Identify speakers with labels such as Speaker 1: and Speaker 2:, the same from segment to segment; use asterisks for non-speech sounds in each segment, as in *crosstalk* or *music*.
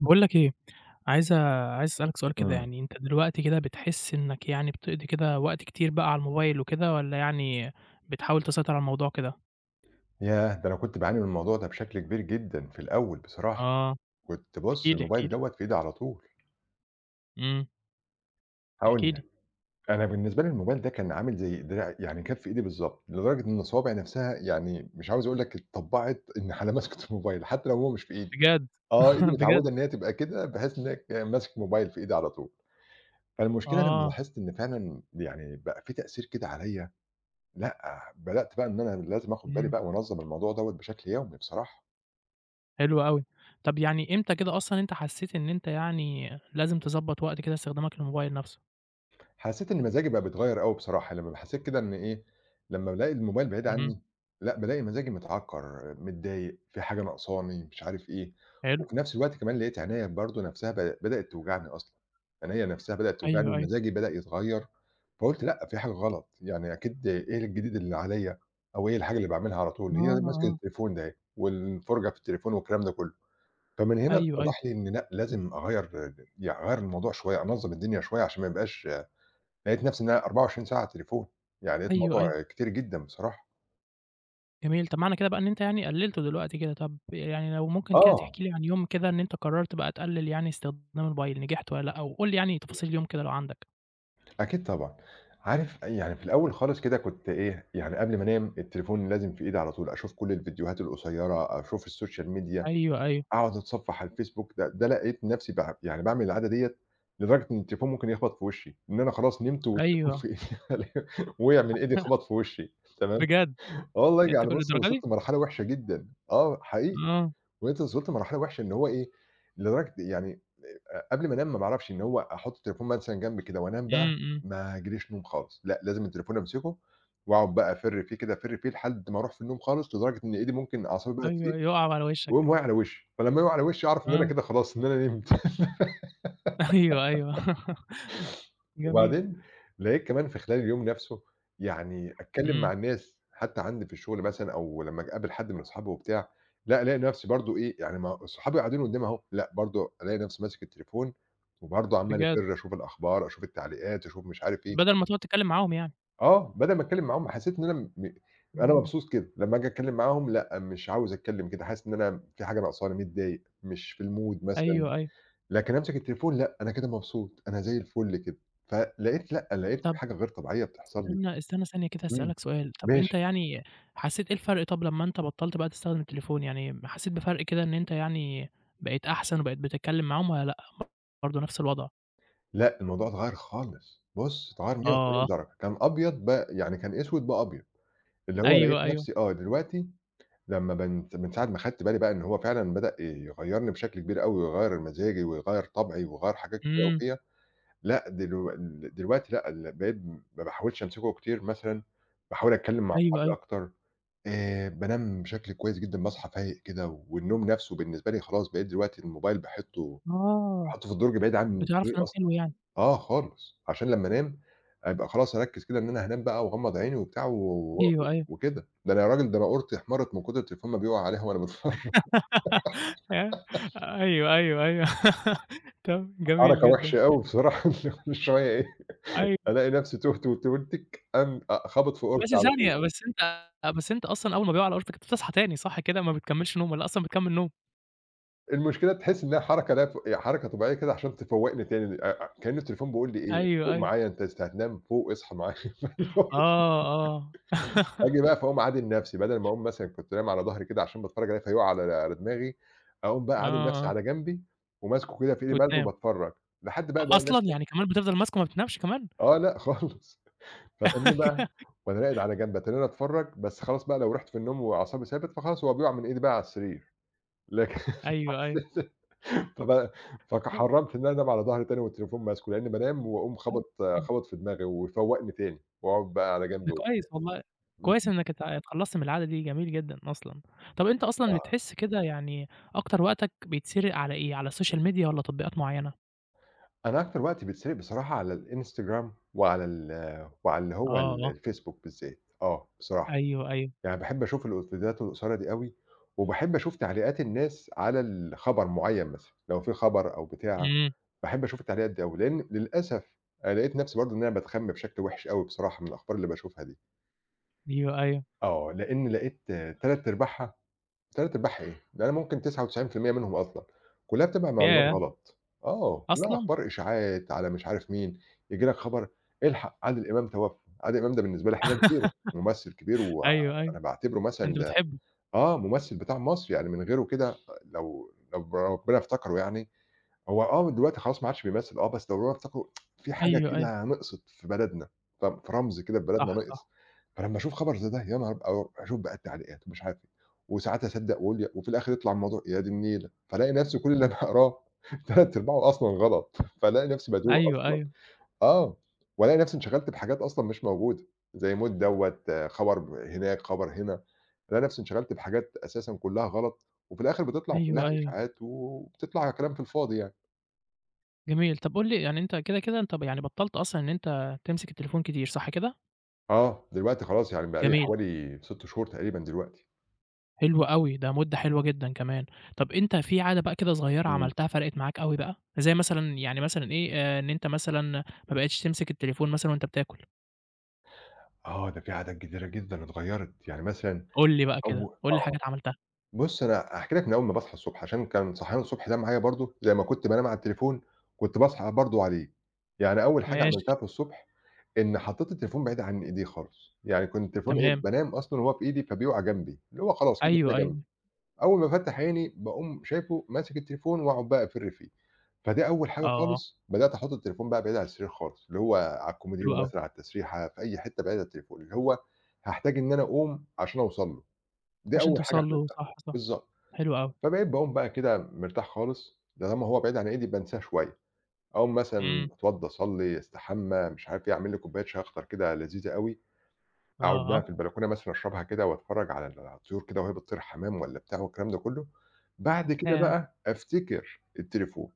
Speaker 1: باقول لك إيه، عايز عايز أسألك سؤال كده
Speaker 2: إمم.
Speaker 1: يعني، أنت دلوقتي كده بتحس إنك يعني بتقضي كده وقت كتير بقى على الموبايل وكده والّا يعني بتحاول تسيطر على الموضوع كده؟
Speaker 2: ياه! ده أنا كنت باعاني من الموضوع ده بشكل كبير جدًا في الأول بصراحة،
Speaker 1: آه،
Speaker 2: كنت
Speaker 1: احكِ
Speaker 2: بُص
Speaker 1: لي، احكِ
Speaker 2: الموبايل
Speaker 1: لي.
Speaker 2: دوّة في إيدي على طول،
Speaker 1: إمم، احكِ
Speaker 2: هاقول لك،
Speaker 1: لي.
Speaker 2: أنا بالنسبة لي الموبايل ده كان عامل زي دراعي يعني كان في إيدي بالضبط، لدرجة إن صوابعي نفسها يعني مش عاوز أقول لك اتطبّعت *laughs* إن على مَسكة الموبايل حتى لو هو مش في إيدي،
Speaker 1: بجد؟
Speaker 2: آه إيدي
Speaker 1: *laughs* بجد؟
Speaker 2: متعودة إن هي تبقى كده بحيث إن هي ماسك موبايل في إيدي على طول، فالمشكلة لمّا
Speaker 1: آه،
Speaker 2: لاحظت إن فعلًا يعني بقى في تأثير كده عليَّ، لأ بدأت بقى إن أنا لازم آخد بالي
Speaker 1: إمم،
Speaker 2: بقى وأنظّم الموضوع دوّة بشكل يومي بصراحة.
Speaker 1: حلو أوي. طب يعني إمتى كده أصلًا أنت حسيت إن أنت يعني لازم تضبّط وقت كده استخدامك للموبايل نفسه؟
Speaker 2: حسيت إن مزاجي بقى بيتغيّر أوي بصراحة، لمّا حسيت كده إن إيه، لمّا بالاقي الموبايل بعيد
Speaker 1: إمم،
Speaker 2: عني، لأ بالاقي مزاجي متعكّر، متضايق، في حاجة ناقصاني، مش عارف إيه،
Speaker 1: حلو،
Speaker 2: وفي نفس الوقت كمان لقيت عينيّا برضه نفسها بدأت توجعني أصلًا، عينيّا نفسها بدأت توجعني
Speaker 1: أيوه، أيوه.
Speaker 2: ومزاجي بدأ يتغيّر، فقُلت لأ في حاجة غلط، يعني أكيد إيه الجديد اللي عليّا أو إيه الحاجة اللي باعملها على طول، هي
Speaker 1: آه،
Speaker 2: ماسكة
Speaker 1: آه،
Speaker 2: التليفون ده أهي، والفُرجة في التليفون والكلام ده كلّه، فمن هنا
Speaker 1: أيوه، أيوه،
Speaker 2: اتضح لي إن لأ لازم أغيّر يعني أغيّر الموضوع شوية، أنظّم الدنيا شوية عشان ما يبقاش لقيت نفسي إن أنا 24 ساعة على التليفون، يعني لقيت
Speaker 1: أيوه، أيوه.
Speaker 2: الموضوع كتير جدًا بصراحة.
Speaker 1: جميل، طب معنى كده بقى إن أنت يعني قلّلته دلوقتي كده، طب يعني لو ممكن كده
Speaker 2: آه،
Speaker 1: تحكي لي عن يوم كده إن أنت قرّرت بقى تقلّل يعني استخدام الموبايل، نجحت والّا لأ؟ وقُل لي يعني تفاصيل اليوم كده لو عندك.
Speaker 2: أكيد طبعًا. عارف يعني في الأول خالص كده كنت إيه، يعني قبل ما أنام التليفون لازم في إيدي على طول، أشوف كل الفيديوهات القصيرة، أشوف السوشيال ميديا،
Speaker 1: أيوه، أيوه،
Speaker 2: أقعد أتصفح على الفيسبوك، ده لقيت نفسي يعني باعمل العادة ديّة لدرجة إن التليفون ممكن يخبط في وشي، إن أنا خلاص نمت والتليفون
Speaker 1: أيوه،
Speaker 2: في إيدي *laughs* وقع من إيدي خبط
Speaker 1: *laughs*
Speaker 2: في وشي تمام،
Speaker 1: بجد!
Speaker 2: آه والله
Speaker 1: أنت
Speaker 2: يعني
Speaker 1: كل
Speaker 2: بُص
Speaker 1: للدرجة
Speaker 2: وصلت
Speaker 1: دي؟
Speaker 2: لمرحلة وحشة جدًا، آه حقيقي،
Speaker 1: آه،
Speaker 2: وصلت لمرحلة وحشة إن هو إيه، لدرجة يعني قبل ما أنام ما باعرفش إن هو أحُط التليفون مثلًا جنبي كده وأنام بقى،
Speaker 1: إمم، إمم،
Speaker 2: ما ييجيليش نوم خالص، لأ لازم التليفون أمسكه وأقعد بقى أفِر فيه كده، أفِر فيه لحد ما أروح في النوم خالص، لدرجة إن إيدي ممكن أعصابي بقى تسيب
Speaker 1: أيوه، يُقَع على
Speaker 2: ويقوم
Speaker 1: وشّك،
Speaker 2: واقع على وشّي، فلمّا يقع على وشّي أعرف إن أنا
Speaker 1: آه،
Speaker 2: كده خلاص إن أنا نمت.
Speaker 1: *laughs* أيوه، أيوه، *laughs* جميل،
Speaker 2: وبعدين لقيت كمان في خلال اليوم نفسه يعني أتكلّم مع
Speaker 1: إمم،
Speaker 2: الناس حتى عندي في الشغل مثلًا أو لمّا أجي أقابل حد من أصحابي وبتاع، لأ ألاقي نفسي برضه إيه، يعني ما صحابي قاعدين قدّامي أهو، لأ برضه ألاقي نفسي ماسك التليفون وبرضه عمّال
Speaker 1: بجد،
Speaker 2: أفِر أشوف الأخبار، أشوف التعليقات، أشوف مش عارف إيه.
Speaker 1: بدل ما تقعد تتكلّم معاهم يعني،
Speaker 2: آه، بدل ما أتكلّم معاهم حسيت إن أنا م أنا
Speaker 1: إمم،
Speaker 2: مبسوط كده، لمّا آجي أتكلّم معاهم لأ، مش عاوز أتكلّم كده، حاسس إن أنا في حاجة ناقصاني، متضايق، مش في الmood مثلًا.
Speaker 1: أيوه، أيوه،
Speaker 2: لكن أمسك التليفون لأ، أنا كده مبسوط، أنا زي الفل كده، فلقيت لأ، لقيت في
Speaker 1: طب
Speaker 2: حاجة غير طبيعية بتحصل لي،
Speaker 1: استنى، استنى ثانية كده
Speaker 2: إمم،
Speaker 1: هاسألك سؤال، طب أنت
Speaker 2: ماشي،
Speaker 1: يعني حسّيت إيه الفرق طب لمّا أنت بطّلت بقى تستخدم التليفون، يعني حسّيت بفرق كده إن أنت يعني بقيت أحسن وبقيت بتتكلّم معاهم والّا لأ، برضه نفْس الوضع؟
Speaker 2: لأ، الموضوع اتغيّر خالص، بُص اتغيّر 180
Speaker 1: آه،
Speaker 2: درجة، كان أبيض بقى يعني كان أسود بقى أبيض، اللي هو لقيت
Speaker 1: أيوه، أيوه،
Speaker 2: نفسي آه، دلوقتي لمّا من ساعة ما خدت بالي بقى إن هو فعلًا بدأ يغيّرني بشكل كبير أوي، ويغيّر مزاجي، ويغيّر طبعي، ويغيّر حاجات كتير أوي
Speaker 1: إمم،
Speaker 2: فيّا، لأ، دلوقتي لأ، بقيت ما باحاولش أمسكه كتير مثلًا، باحاول أتكلم مع
Speaker 1: أيوه،
Speaker 2: أصحابي
Speaker 1: أيوه،
Speaker 2: أكتر، بانام بشكل كويس جدًا، باصحى فايق كده، والنوم نَفْسه بالنسبة لي خلاص بقيت دلوقتي الموبايل باحطّه
Speaker 1: آه،
Speaker 2: باحطّه في الدرج بعيد عن
Speaker 1: بتعرف
Speaker 2: السرير
Speaker 1: تنام
Speaker 2: أصلًا،
Speaker 1: حلو يعني،
Speaker 2: آه خالص، عشان لمّا أنام أبقى خلاص أركّز كده إن أنا هانام بقى واغمّض عيني وبتاع و
Speaker 1: أيوه، أيوه،
Speaker 2: وكده، ده أنا يا راجل ده أنا أوضتي احمرت من كتر التليفون ما بيقع عليها وأنا باتفرّج،
Speaker 1: *laughs* آه، أيوه، أيوه، أيوه، *laughs* طب
Speaker 2: *laughs*
Speaker 1: جميل
Speaker 2: حركة
Speaker 1: جدًا،
Speaker 2: وحشة أوي بصراحة *laughs* إن أنا كل شوية إيه،
Speaker 1: أيوه،
Speaker 2: ألاقي نَفْسي تُهت وتُهتِك قام خابط في
Speaker 1: بس
Speaker 2: أوضتي على طول.
Speaker 1: ثانية، بس أنت بس أنت أصلًا أول ما بيقع على أرضك أنت بتصحى تاني صح كده، ما بتكمّلش نوم والّا أصلًا بتكمّل نوم؟
Speaker 2: المشكلة تحس إنها حركة لا ت يعني حركة طبيعية كده عشان تفوّقني تاني أ أ كأن التليفون بيقول لي إيه،
Speaker 1: أيوه،
Speaker 2: فوق
Speaker 1: أيوه.
Speaker 2: معايا أنت لسه هتنام، فوق اصحى معايا *laughs* فاللي هو
Speaker 1: آه، آه.
Speaker 2: آجي بقى
Speaker 1: *laughs*
Speaker 2: فاقوم عادل نفسي، بدل ما أقوم مثلًا كنت نايم على ضهري كده عشان باتفرّج عليه فيُقع على دماغي، أقوم بقى عادل
Speaker 1: آه،
Speaker 2: نفسي
Speaker 1: آه،
Speaker 2: على جنبي وماسكه كده في إيدي باخده
Speaker 1: وتنام.
Speaker 2: وباتفرّج، لحد بقى
Speaker 1: أ
Speaker 2: ألاقي
Speaker 1: أصلًا!
Speaker 2: نفسي
Speaker 1: يعني
Speaker 2: إيه،
Speaker 1: كمان بتفضل ماسكه ما بتنامش كمان؟
Speaker 2: آه لأ *laughs* خالص، فاتنّيه بقى
Speaker 1: *laughs*
Speaker 2: وأنا راقد على جنب، أتنّيني أتفرّج، بس خلاص بقى لو رُحت في النوم وأعصابي ثابت فخلاص هو بيُقع من إيدي بقى على السرير، لكن
Speaker 1: أيوه، أيوه.
Speaker 2: *laughs* فب
Speaker 1: آه،
Speaker 2: فحرّمت إن أنا أنام على ضهري تاني والتليفون ماسكه، لإنّي بانام وأقوم
Speaker 1: أيوه، إمم.
Speaker 2: خابط في دماغي ويفوّقني تاني وأقعد بقى على جنب
Speaker 1: ده
Speaker 2: و
Speaker 1: كويس والله،
Speaker 2: إمم،
Speaker 1: كويس إنّك اتخلّصت من العادة دي، جميل جدًا أصلًا. طَب أنت أصلًا
Speaker 2: آه.
Speaker 1: بتحس كده يعني أكتر وقتك بيتسرق على إيه، على السوشيال ميديا والّا تطبيقات معيّنة؟
Speaker 2: أنا أكتر وقت بيتسرق بصراحة على الإنستجرام وعلى ال وعلى اللي
Speaker 1: آه،
Speaker 2: هو
Speaker 1: آه.
Speaker 2: الفيسبوك بالذات، آه، بصراحة.
Speaker 1: أيوه، أيوه.
Speaker 2: يعني باحب أشوف الفيديوهات القصيرة دي أوي وباحب أشوف تعليقات الناس على الخبر معيّن مثلًا، لو في خبر أو بتاع،
Speaker 1: إمم.
Speaker 2: باحب أشوف التعليقات دي أوي، لإن للأسف أنا لقيت نَفْسي برضه إن أنا باتخَم بشكل وِحِش أوي بصراحة من الأخبار اللي باشوفها دي.
Speaker 1: أيوه، أيوه.
Speaker 2: آه، لإن لقيت 3 أرباعها 3 أرباعها إيه؟ ده أنا ممكن 99% منهم أصلًا، كلّها بتبقى معلومات
Speaker 1: ياه!
Speaker 2: غلط. آه، كلّها
Speaker 1: أصلًا!
Speaker 2: أخبار إشاعات على مش عارف مين، ييجي لك خبر "الحق عادل إمام توفى." عادل إمام ده بالنسبة لي حاجة كبيرة،
Speaker 1: *laughs*
Speaker 2: ممثل كبير
Speaker 1: أيوه، أيوه.
Speaker 2: وأنا باعتبره مثلًا
Speaker 1: أنت
Speaker 2: ده
Speaker 1: بتحبه.
Speaker 2: آه، ممثل بتاع مصر، يعني من غيره كده لو ربنا افتكره يعني هو آه دلوقتي خلاص ما عادش بيمثّل آه، بس لو هو افتكروا في حاجة
Speaker 1: أيوه، أيوه.
Speaker 2: كده نقصت في بلدنا، فاهم، في رمز كده في بلدنا
Speaker 1: صح،
Speaker 2: نقص،
Speaker 1: صح.
Speaker 2: فلمّا أشوف خبر زي ده يا نهار أبيض، أو أشوف بقى التعليقات ومش عارف إيه، وساعات أصدّق وأقول وفي الآخر يطلع الموضوع يا دي النيلة، فالاقي نفسي كل اللي
Speaker 1: إمم.
Speaker 2: أنا *laughs* باقراه 3 أرباعه أصلًا غلط، فالاقي نفسي باتوه
Speaker 1: أيوه،
Speaker 2: أصلًا،
Speaker 1: أيوه.
Speaker 2: آه، والاقي نفسي انشغلت بحاجات أصلًا مش موجودة، زي موت دوّة، خبر هناك، خبر هنا، الاقي نفسي انشغلت بحاجات أساسًا كلّها غلط، وفي الآخر بتطلع كلّها
Speaker 1: أيوه، أيوه.
Speaker 2: إشاعات وبتطلع كلام في الفاضي يعني.
Speaker 1: جميل. طب قُل لي يعني أنت كده أنت يعني بطّلت أصلًا إن أنت تمسك التليفون كتير صح كده؟
Speaker 2: آه، دلوقتي خلاص يعني بقى لي
Speaker 1: جميل،
Speaker 2: حوالي 6 شهور تقريبًا دلوقتي.
Speaker 1: حلو أوي، ده مدة حلوة جدًا كمان. طب أنت في عادة بقى كده صغيّرة
Speaker 2: إمم.
Speaker 1: عملتها فرقِت معاك أوي بقى؟ زي مثلًا يعني مثلًا إيه، إن أنت مثلًا ما بقيتش تمسك التليفون مثلًا وأنت بتاكل،
Speaker 2: آه، ده في عادات كتيرة جدًا اتغيّرت، يعني مثلًا
Speaker 1: قُل لي بقى كده،
Speaker 2: أو
Speaker 1: قُل لي
Speaker 2: آه،
Speaker 1: حاجات عملتها.
Speaker 2: بُص أنا هاحكي لك من أول ما باصحى الصبح، عشان كان صحيان الصبح ده معايا برضه زي ما كنت بانام على التليفون، كنت باصحى برضه عليه. يعني أول حاجة
Speaker 1: ماشي،
Speaker 2: عملتها في الصبح، إن حطيت التليفون بعيد عن إيدي خالص، يعني كنت التليفون إيه،
Speaker 1: تمام.
Speaker 2: بانام أصلًا وهو في إيدي فبيقع جنبي، اللي هو خلاص كده، كده
Speaker 1: أيوه، أيوه.
Speaker 2: جنبي. أول ما بافتّح عيني باقوم شايفه ماسك التليفون وأقعد بقى أفِر فيه، فدي أول حاجة
Speaker 1: آه،
Speaker 2: خالص بدأت أحُط التليفون بقى بعيد عن السرير خالص، اللي هو على
Speaker 1: حلو
Speaker 2: الكوميدينو
Speaker 1: أوي.
Speaker 2: مثلًا، على التسريحة، في أي حتّة بعيد عن التليفون، اللي هو هاحتاج إن أنا أقوم عشان أوصل له، دي
Speaker 1: عشان
Speaker 2: أول حاجة
Speaker 1: توصل له
Speaker 2: عملتها،
Speaker 1: صح، صح.
Speaker 2: بالضبط،
Speaker 1: حلو أوي.
Speaker 2: فبقيت باقوم بقى كده مرتاح خالص، طالما هو بعيد عن إيدي بانساه شوية، أقوم مثلًا
Speaker 1: إمم.
Speaker 2: أتوضّى، أصلّي، أستحمى، مش عارف إيه، أعمل لي كوباية شاي أخضر كده لذيذة أوي،
Speaker 1: آه،
Speaker 2: أقعد بقى
Speaker 1: اه
Speaker 2: في البلكونة مثلًا أشربها كده وأتفرّج على ال على الطيور كده وهي بتطير حمام والّا بتاع والكلام ده كلّه، بعد كده
Speaker 1: ياه!
Speaker 2: بقى أفتكر التليفون،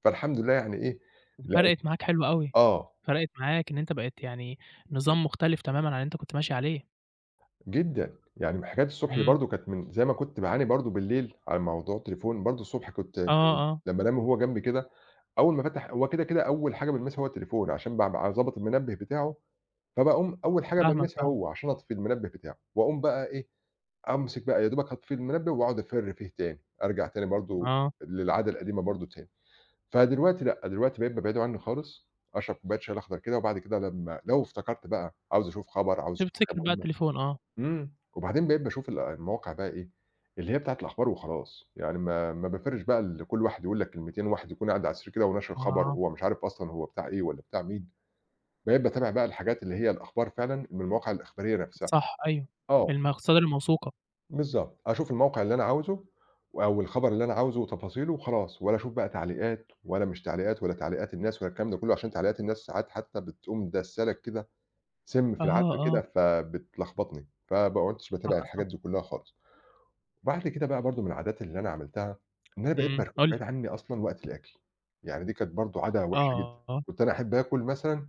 Speaker 2: فالحمد لله يعني إيه،
Speaker 1: دي
Speaker 2: لقيت
Speaker 1: فرقِت معاك حلو أوي.
Speaker 2: آه،
Speaker 1: فرقِت معاك إن أنت بقيت يعني
Speaker 2: إمم.
Speaker 1: نظام مختلف تمامًا عن اللي أنت كنت ماشي عليه.
Speaker 2: جدًا، يعني حكاية الصبح دي
Speaker 1: إمم،
Speaker 2: برضه كانت من زي ما كنت باعاني برضه بالليل على موضوع التليفون، برضه الصبح
Speaker 1: آه،
Speaker 2: كان
Speaker 1: آه،
Speaker 2: لمّا أنام وهو جنبي كده، أول ما أفتح هو كده، كده أول حاجة بالمسها هو التليفون عشان بابقى ضابط المنبه بتاعه، فباقوم أول حاجة
Speaker 1: فاهمك،
Speaker 2: بالمسها
Speaker 1: فاهمك،
Speaker 2: هو عشان أطفي المنبه بتاعه، وأقوم بقى إيه، أمسك بقى يا دوبك هاطفي المنبه واقعد أفِر فيه تاني، أرجع تاني برضه
Speaker 1: آه،
Speaker 2: للعادة القديمة برضه تاني. فدلوقتي لأ، دلوقتي بقيت بابعده عنّي خالص، أشرب كوباية شاي الأخضر كده وبعد كده لمّا لو افتكرت بقى عاوز أشوف خبر، عاوز أشوف حاجة
Speaker 1: تفتكر بقى
Speaker 2: مهمة
Speaker 1: التليفون آه،
Speaker 2: إمم. وبعدين بقيت باشوف المواقع بقى إيه، اللي هي بتاعة الأخبار وخلاص، يعني ما بافِرش بقى لكل واحد يقول لك كلمتين، وواحد يكون قاعد على السرير كده وناشر خبر
Speaker 1: آه،
Speaker 2: وهو مش عارف أصلًا هو بتاع إيه والّا بتاع مين، بقيت باتابع بقى الحاجات اللي هي الأخبار فعلًا من المواقع الإخبارية نفسها.
Speaker 1: صح أيوه،
Speaker 2: آه.
Speaker 1: المصادر الموثوقة،
Speaker 2: بالضبط، أشوف الموقع اللي أنا عاوزه أو الخبر اللي أنا عاوزه وتفاصيله وخلاص، ولا أشوف بقى تعليقات ولا مش تعليقات ولا تعليقات الناس ولا الكلام ده كله، عشان تعليقات الناس ساعات حتى بتقوم داسة لك كده سم في
Speaker 1: آه،
Speaker 2: العسل كده،
Speaker 1: آه،
Speaker 2: فبتلخبطني، فما عُدتش باتابع
Speaker 1: صح،
Speaker 2: الحاجات
Speaker 1: صح،
Speaker 2: دي كلها خالص. وبعد كده بقى برضه من العادات اللي أنا عملتها، إن أنا بقيت
Speaker 1: إمم،
Speaker 2: باركنه
Speaker 1: قُل لي،
Speaker 2: بعيد عني أصلًا وقت الأكل، يعني دي كانت برضه عادة وحشة جدًا،
Speaker 1: آه، آه.
Speaker 2: كنت أنا أحب آكل مثلًا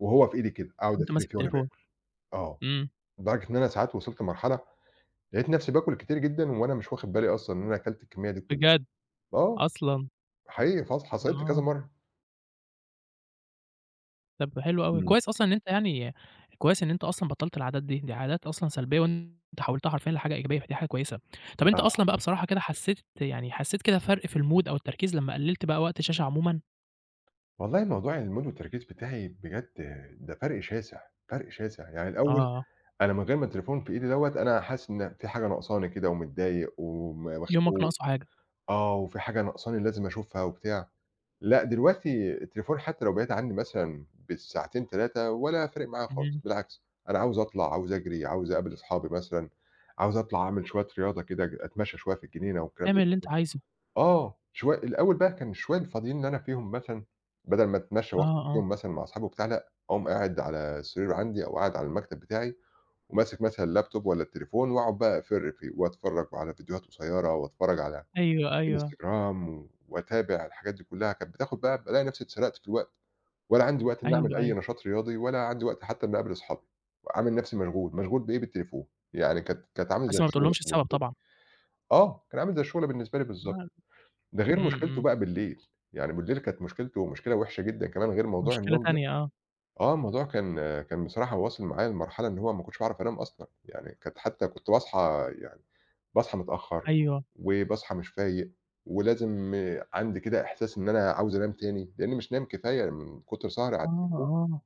Speaker 2: وهو في إيدي كده، أقعد
Speaker 1: وأنت
Speaker 2: أتفرِّج
Speaker 1: ماسك
Speaker 2: فيه وأنا
Speaker 1: التليفون،
Speaker 2: باكل، آه،
Speaker 1: إمم،
Speaker 2: لدرجة إن أنا ساعات وصلت لمرحلة لقيت نفسي باكل كتير جدًا وأنا مش واخد بالي أصلًا إن أنا أكلت الكمية دي كلّها.
Speaker 1: بجد!
Speaker 2: آه،
Speaker 1: أصلًا،
Speaker 2: حقيقي حصلت لي كذا
Speaker 1: آه،
Speaker 2: مرّة.
Speaker 1: طب حلو أوي،
Speaker 2: إمم،
Speaker 1: كويس أصلًا إن أنت يعني كويس إن أنت أصلًا بطّلت العادات دي، دي عادات أصلًا سلبية وأنت حولتها حرفيًا لحاجة إيجابية، فدي حاجة كويسة. طب أنت
Speaker 2: آه.
Speaker 1: أصلًا بقى بصراحة كده حسيت يعني حسيت كده فرق في الmood أو التركيز لمّا قللت بقى وقت الشاشة عمومًا؟
Speaker 2: والله موضوع المود والتركيز بتاعي بجد ده فرق شاسع، فرق شاسع، يعني الأول
Speaker 1: آه،
Speaker 2: أنا من غير ما التليفون في إيدي دوّة أنا حاسس إن في حاجة ناقصاني كده ومتضايق
Speaker 1: يومك
Speaker 2: مخنوق،
Speaker 1: ناقصه حاجة،
Speaker 2: آه، وفي حاجة ناقصاني لازم أشوفها وبتاع. لأ، دلوقتي التليفون حتى لو بعيد عني مثلًا بالساعتين 3 ولا فارق معايا خالص،
Speaker 1: إمم.
Speaker 2: بالعكس أنا عاوز أطلع، عاوز أجري، عاوز أقابل أصحابي مثلًا، عاوز أطلع أعمل شوية رياضة كده، أتمشى شوية في الجنينة والكلام
Speaker 1: اعمل
Speaker 2: ده
Speaker 1: اللي أنت
Speaker 2: كله.
Speaker 1: عايزه.
Speaker 2: آه، شوية الأول بقى كان الشوية الفاضيين اللي أنا فيهم مثلًا، بدل ما أتمشى
Speaker 1: آه،
Speaker 2: وأخرج
Speaker 1: آه.
Speaker 2: فيهم مثلًا مع أصحابي وبتاع، لأ، أقوم قاعد على السرير عندي أو قاعد على المكتب بتاعي وماسك مثلًا اللاب توب والّا التليفون وأقعد بقى أفِر فيه وأتفرّج على فيديوهات قصيرة وأتفرّج على
Speaker 1: أيوه، أيوه،
Speaker 2: إنستجرام وأتابع الحاجات دي كلّها، كانت بتاخد بقى بالاقي نفسي اتسرقت في الوقت، ولا عندي وقت إنّي أعمل
Speaker 1: أيوه،
Speaker 2: أي
Speaker 1: أيوه.
Speaker 2: نشاط رياضي، ولا عندي وقت حتى إنّي أقابل أصحابي، عامل نفسي مشغول، مشغول بإيه؟ بالتليفون، يعني كانت عامل زي
Speaker 1: بس ما
Speaker 2: الشُغل
Speaker 1: بتقولهمش السبب
Speaker 2: بالنسبة لي.
Speaker 1: طبعًا.
Speaker 2: آه، كان عامل زي الشُغل بالنسبة لي بالضبط،
Speaker 1: لأ،
Speaker 2: ده غير
Speaker 1: إمم،
Speaker 2: مشكلته
Speaker 1: إمم.
Speaker 2: بقى بالليل، يعني بالليل كانت مشكلته مشكلة وِحشة جدًا كمان غير موضوع
Speaker 1: مشكلة
Speaker 2: النوم ده،
Speaker 1: تانية آه.
Speaker 2: آه، الموضوع كان بصراحة واصل معايا لمرحلة إن هو ما كنتش باعرف أنام أصلًا، يعني كانت حتى كنت باصحى يعني باصحى متأخّر،
Speaker 1: أيوه.
Speaker 2: وباصحى مش فايق، ولازم عندي كده إحساس إن أنا عاوز أنام تاني، لإنّي مش نايم كفاية من كتر سهري على
Speaker 1: آه،
Speaker 2: التليفون.
Speaker 1: آه.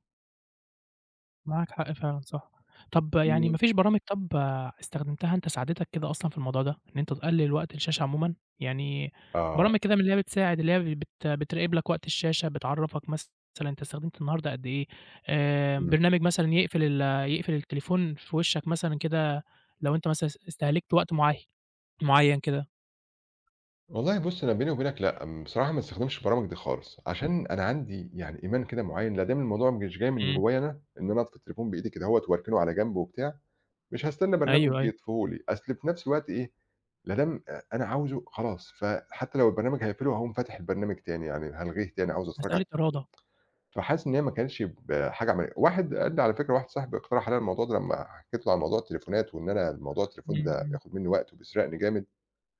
Speaker 1: معاك حق فعلًا صح. طَب يعني
Speaker 2: إمم.
Speaker 1: ما فيش برامج طَب استخدمتها أنت ساعدتك كده أصلًا في الموضوع ده، إن أنت تقلل وقت الشاشة عمومًا؟ يعني
Speaker 2: آه.
Speaker 1: برامج كده من اللي هي بتساعد، اللي هي بت بتراقب لك وقت الشاشة، بتعرّفك مثلًا أنت استخدمت النهارده قد إيه،
Speaker 2: إمم.
Speaker 1: برنامج مثلًا يقفل التليفون في وشّك مثلًا كده لو أنت مثلًا استهلكت وقت معيّن. معيّن كده،
Speaker 2: والله بُص، أنا بيني وبينك لأ، بصراحة ما باستخدمش البرامج دي خالص، عشان أنا عندي يعني إيمان كده معيّن، لا دام الموضوع مش جاي من
Speaker 1: إمم،
Speaker 2: جوّايا أنا، إن أنا أطفي التليفون بإيدي كدهوّة وأركنه على جنب وبتاع، مش هاستنى برنامج
Speaker 1: أيوه، أيوه،
Speaker 2: يطفيه لي، أصل في نفس الوقت إيه، لا دام أنا عاوزه خلاص، فحتّى لو البرنامج هيقفله هاقوم فاتح البرنامج تاني، يعني هالغيه تاني، عاوز أتفرّج على
Speaker 1: مسألة
Speaker 2: الت
Speaker 1: إرادة،
Speaker 2: فحاسس إن هي ما كانش حاجة عملية. واحد قال لي على فكرة، واحد صاحبي اقترح عليَّ الموضوع ده لمّا حكيت له على موضوع التليفونات وإن أنا موضوع التليفون
Speaker 1: إمم،
Speaker 2: ده
Speaker 1: إمم،
Speaker 2: بياخد منّي وقت وبيسرقني جامد،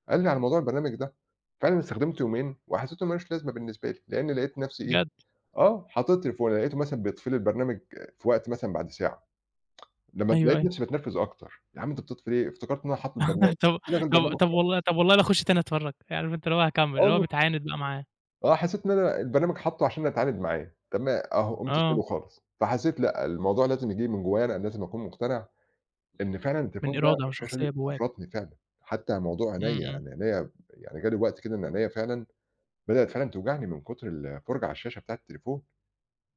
Speaker 2: قال لي على موضوع البرنامج ده. فعلًا استخدمته يومين وحسيت إنه ما لوش لازمة بالنسبة لي، لإن لقيت نفسي إيه،
Speaker 1: بجد،
Speaker 2: آه، حطيت تليفوني لقيته مثلًا بيطفي لي البرنامج في وقت مثلًا بعد ساعة، لمّا
Speaker 1: أيوه،
Speaker 2: لقيت
Speaker 1: أيوه،
Speaker 2: نفسي باتنرفز أكتر، يا عم أنت بتطفي ليه؟ افتكرت إن أنا حاطط البرنامج،
Speaker 1: *laughs*
Speaker 2: قمت
Speaker 1: طب
Speaker 2: لاغي البرنامج
Speaker 1: طب طب
Speaker 2: خالص.
Speaker 1: والله طب والله لا أخش تاني أتفرّج، عارف أنت اللي هو هاكمّل،
Speaker 2: آه
Speaker 1: اللي هو
Speaker 2: والله،
Speaker 1: بتعاند بقى معاه،
Speaker 2: آه حسيت إن أنا البرنامج حاطُّه عشان أتعاند معاه، طب ما أهو قمت شايله
Speaker 1: آه،
Speaker 2: خالص. فحسيت لأ، الموضوع لازم ييجي لي من جوايا أنا، لازم أكون مقتنع إن فعلًا
Speaker 1: من
Speaker 2: التليفون ده أو
Speaker 1: إرادة
Speaker 2: الشاشة دي
Speaker 1: وشخصية جواك،
Speaker 2: ضرّتني فعلًا، حتى موضوع
Speaker 1: إمم،
Speaker 2: عينيّا،
Speaker 1: إمم،
Speaker 2: يعني عينيّا يعني جه لي وقت كده إن عينيّا فعلًا بدأت فعلًا توجعني من كتر الفُرجة على الشاشة بتاعة التليفون،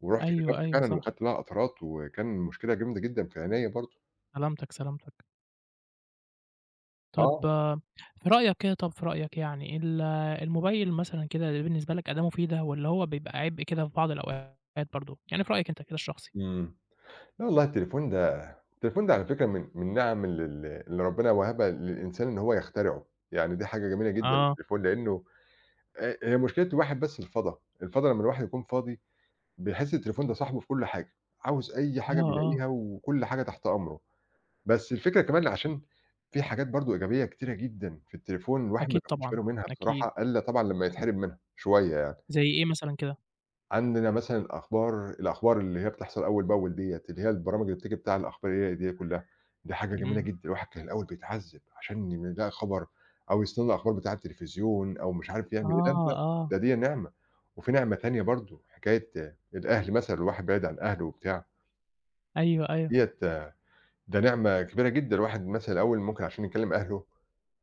Speaker 2: ورُحت
Speaker 1: أيوه،
Speaker 2: كشفت
Speaker 1: أيوه،
Speaker 2: فعلًا
Speaker 1: صح،
Speaker 2: وخدت لها قطرات، وكان مشكلة جامدة جدًا في عينيّا برضه.
Speaker 1: سلامتك، سلامتك، طب
Speaker 2: آه.
Speaker 1: في رأيك كده طب في رأيك يعني ال الموبايل مثلًا كده بالنسبة لك أداة مفيدة والّا هو بيبقى عبء كده في بعض الأوقات برضه، يعني في رأيك أنت كده الشخصي؟
Speaker 2: إمم. لا والله، التليفون ده على فكرة من نِعَم ال ال اللي ربنا وهبها للإنسان إن هو يخترعه، يعني دي حاجة جميلة جدًا
Speaker 1: آه،
Speaker 2: التليفون لإنه هي مشكلة الواحد بس الفَضا، الفَضا لمّا الواحد يكون فاضي بيحس التليفون ده صاحبه في كل حاجة، عاوز أي حاجة إمم
Speaker 1: آه، آه،
Speaker 2: بيلاقيها وكل حاجة تحت أمره، بس الفكرة كمان عشان في حاجات برضه إيجابية كتيرة جدًا في التليفون الواحد ما
Speaker 1: أكيد
Speaker 2: بياخدش
Speaker 1: طبعًا،
Speaker 2: باله منها
Speaker 1: أكيد،
Speaker 2: بصراحة إلا طبعًا لمّا يتحرم منها شوية يعني.
Speaker 1: زي إيه مثلًا كده؟
Speaker 2: عندنا مثلًا الأخبار، الأخبار اللي هي بتحصل أول بأول ديّة، اللي هي البرامج اللي بتيجي بتاع الأخبارية دي كلّها، دي حاجة جميلة
Speaker 1: إمم.
Speaker 2: جدًا، الواحد كان الأول بيتعذّب عشان يلاقي خبر أو يستنى الأخبار بتاع التلفزيون أو مش عارف يعمل إيه، لا،
Speaker 1: آه،
Speaker 2: لا،
Speaker 1: آه،
Speaker 2: ده ديّة نعمة، وفي نعمة تانية برضه حكاية آه، الأهل مثلًا الواحد بعيد عن أهله وبتاع،
Speaker 1: أيوه، أيوه،
Speaker 2: ديّة ده نعمة كبيرة جدًا، الواحد مثلًا الأول ممكن عشان يكلّم أهله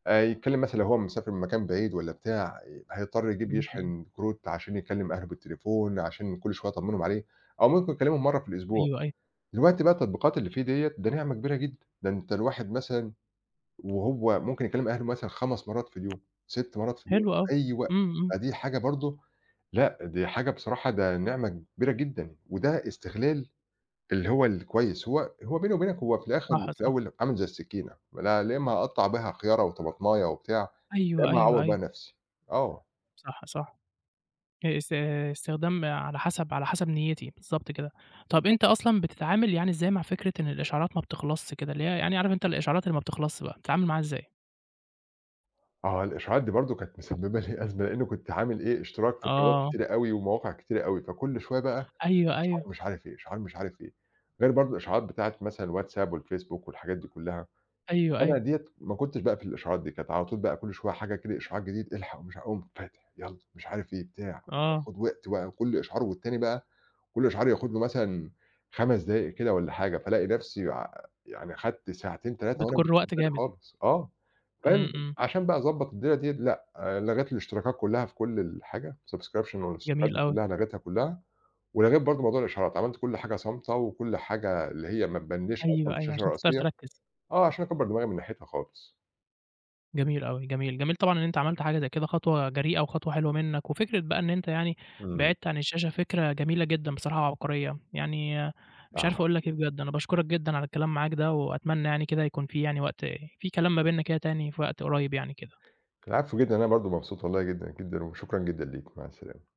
Speaker 2: يتكلّم مثلًا لو هو مسافر من مكان بعيد والّا بتاع، هيضطر يجيب
Speaker 1: إمم، إمم،
Speaker 2: يشحن كروت عشان يكلّم أهله بالتليفون، عشان كل شوية أطمّنهم عليه، أو ممكن يكلّمهم مرّة في الأسبوع.
Speaker 1: أيوه، أيوه،
Speaker 2: دلوقتي بقى التطبيقات اللي في ديّة، ده نعمة كبيرة جدًا، ده أنت الواحد مثلًا وهو ممكن يكلّم أهله مثلًا 5 مرّات في اليوم، 6 مرّات في اليوم،
Speaker 1: حلو أوي،
Speaker 2: أي وقت.
Speaker 1: إمم، إمم،
Speaker 2: فدي حاجة برضه، لأ، دي حاجة بصراحة ده نعمة كبيرة جدًا، وده استغلال اللي هو الكويس. هو هو بيني وبينك هو في الآخر
Speaker 1: صح،
Speaker 2: في
Speaker 1: صح،
Speaker 2: الأول عامل زي السكينة، لا لا، إمّا هاقطّع بيها خيارة وطماطماية وبتاع، يا
Speaker 1: أيوه،
Speaker 2: إما
Speaker 1: أيوه،
Speaker 2: أعوّر بقى
Speaker 1: أيوه،
Speaker 2: نَفْسي، آه.
Speaker 1: صح، صح، آآ، است استخدام على حسب نيتي، بالضبط كده. طَب أنت أصلًا بتتعامل يعني إزاي مع فكرة إن الإشعارات ما بتخلصش كده، اللي هي يعني عارف أنت الإشعارات اللي ما بتخلصش بقى، بتتعامل معاها إزاي؟
Speaker 2: آه الإشعاعات دي برضه كانت مسببة لي أزمة، لإنه كنت عامل إيه اشتراك في قنوات
Speaker 1: آه،
Speaker 2: كتيرة أوي ومواقع كتيرة أوي، فكل شوية بقى
Speaker 1: أيوه،
Speaker 2: إشعار
Speaker 1: أيوه،
Speaker 2: مش عارف إيه، إشعار مش عارف إيه، غير برضه الإشعاعات بتاعة مثلًا الواتساب والفيسبوك والحاجات دي كلّها،
Speaker 1: أيوه،
Speaker 2: أنا
Speaker 1: أيوه،
Speaker 2: ديّة ما كنتش بقى في الإشعاعات دي، كانت على طول بقى كل شوية حاجة كده إشعاع جديد الحق ومش أقوم فاتح يالّا مش عارف إيه بتاع،
Speaker 1: آه،
Speaker 2: وآخد وقت بقى كل إشعار والتاني بقى كل إشعار ياخد له مثلًا 5 دقايق كده والّا حاجة، فالاقي نفسي يعني خدت ساعتين 3 وأنا مش
Speaker 1: بتكُر
Speaker 2: واخد
Speaker 1: وقت
Speaker 2: بالي
Speaker 1: جامد،
Speaker 2: خالص، آه،
Speaker 1: إمم،
Speaker 2: فاهم،
Speaker 1: إمم،
Speaker 2: عشان بقى أضبّط الدنيا ديّة لأ، لغيت الاشتراكات كلّها في كل الحاجة subscription والاشتراكات
Speaker 1: جميل
Speaker 2: دي
Speaker 1: أوي،
Speaker 2: كلّها لغيتها كلّها، ولغيت برضه موضوع الإشعارات، عملت كل حاجة صامتة وكل حاجة اللي هي ما تبانليش أصلًا
Speaker 1: أيوه،
Speaker 2: في
Speaker 1: أيوه،
Speaker 2: الشاشة
Speaker 1: عشان تقدر
Speaker 2: الرئيسية،
Speaker 1: تركّز.
Speaker 2: آه، عشان أكبّر دماغي من ناحيتها خالص.
Speaker 1: جميل أوي، جميل، جميل طبعًا إن أنت عملت حاجة زي كده خطوة جريئة وخطوة حلوة منّك، وفكرة بقى إن أنت يعني
Speaker 2: إمم.
Speaker 1: بعدت عن الشاشة فكرة جميلة جدًا بصراحة وعبقرية، يعني مش
Speaker 2: آه.
Speaker 1: عارف أقول لك إيه بجد، أنا باشكرك جدًا على الكلام معاك ده، وأتمنى يعني كده يكون في يعني وقت في كلام ما بيننا كده تاني في وقت قريب يعني كده.
Speaker 2: العفو جدًا، أنا برضه مبسوط والله جدًا، جدًا، وشكرًا جدًا ليك، مع السلامة.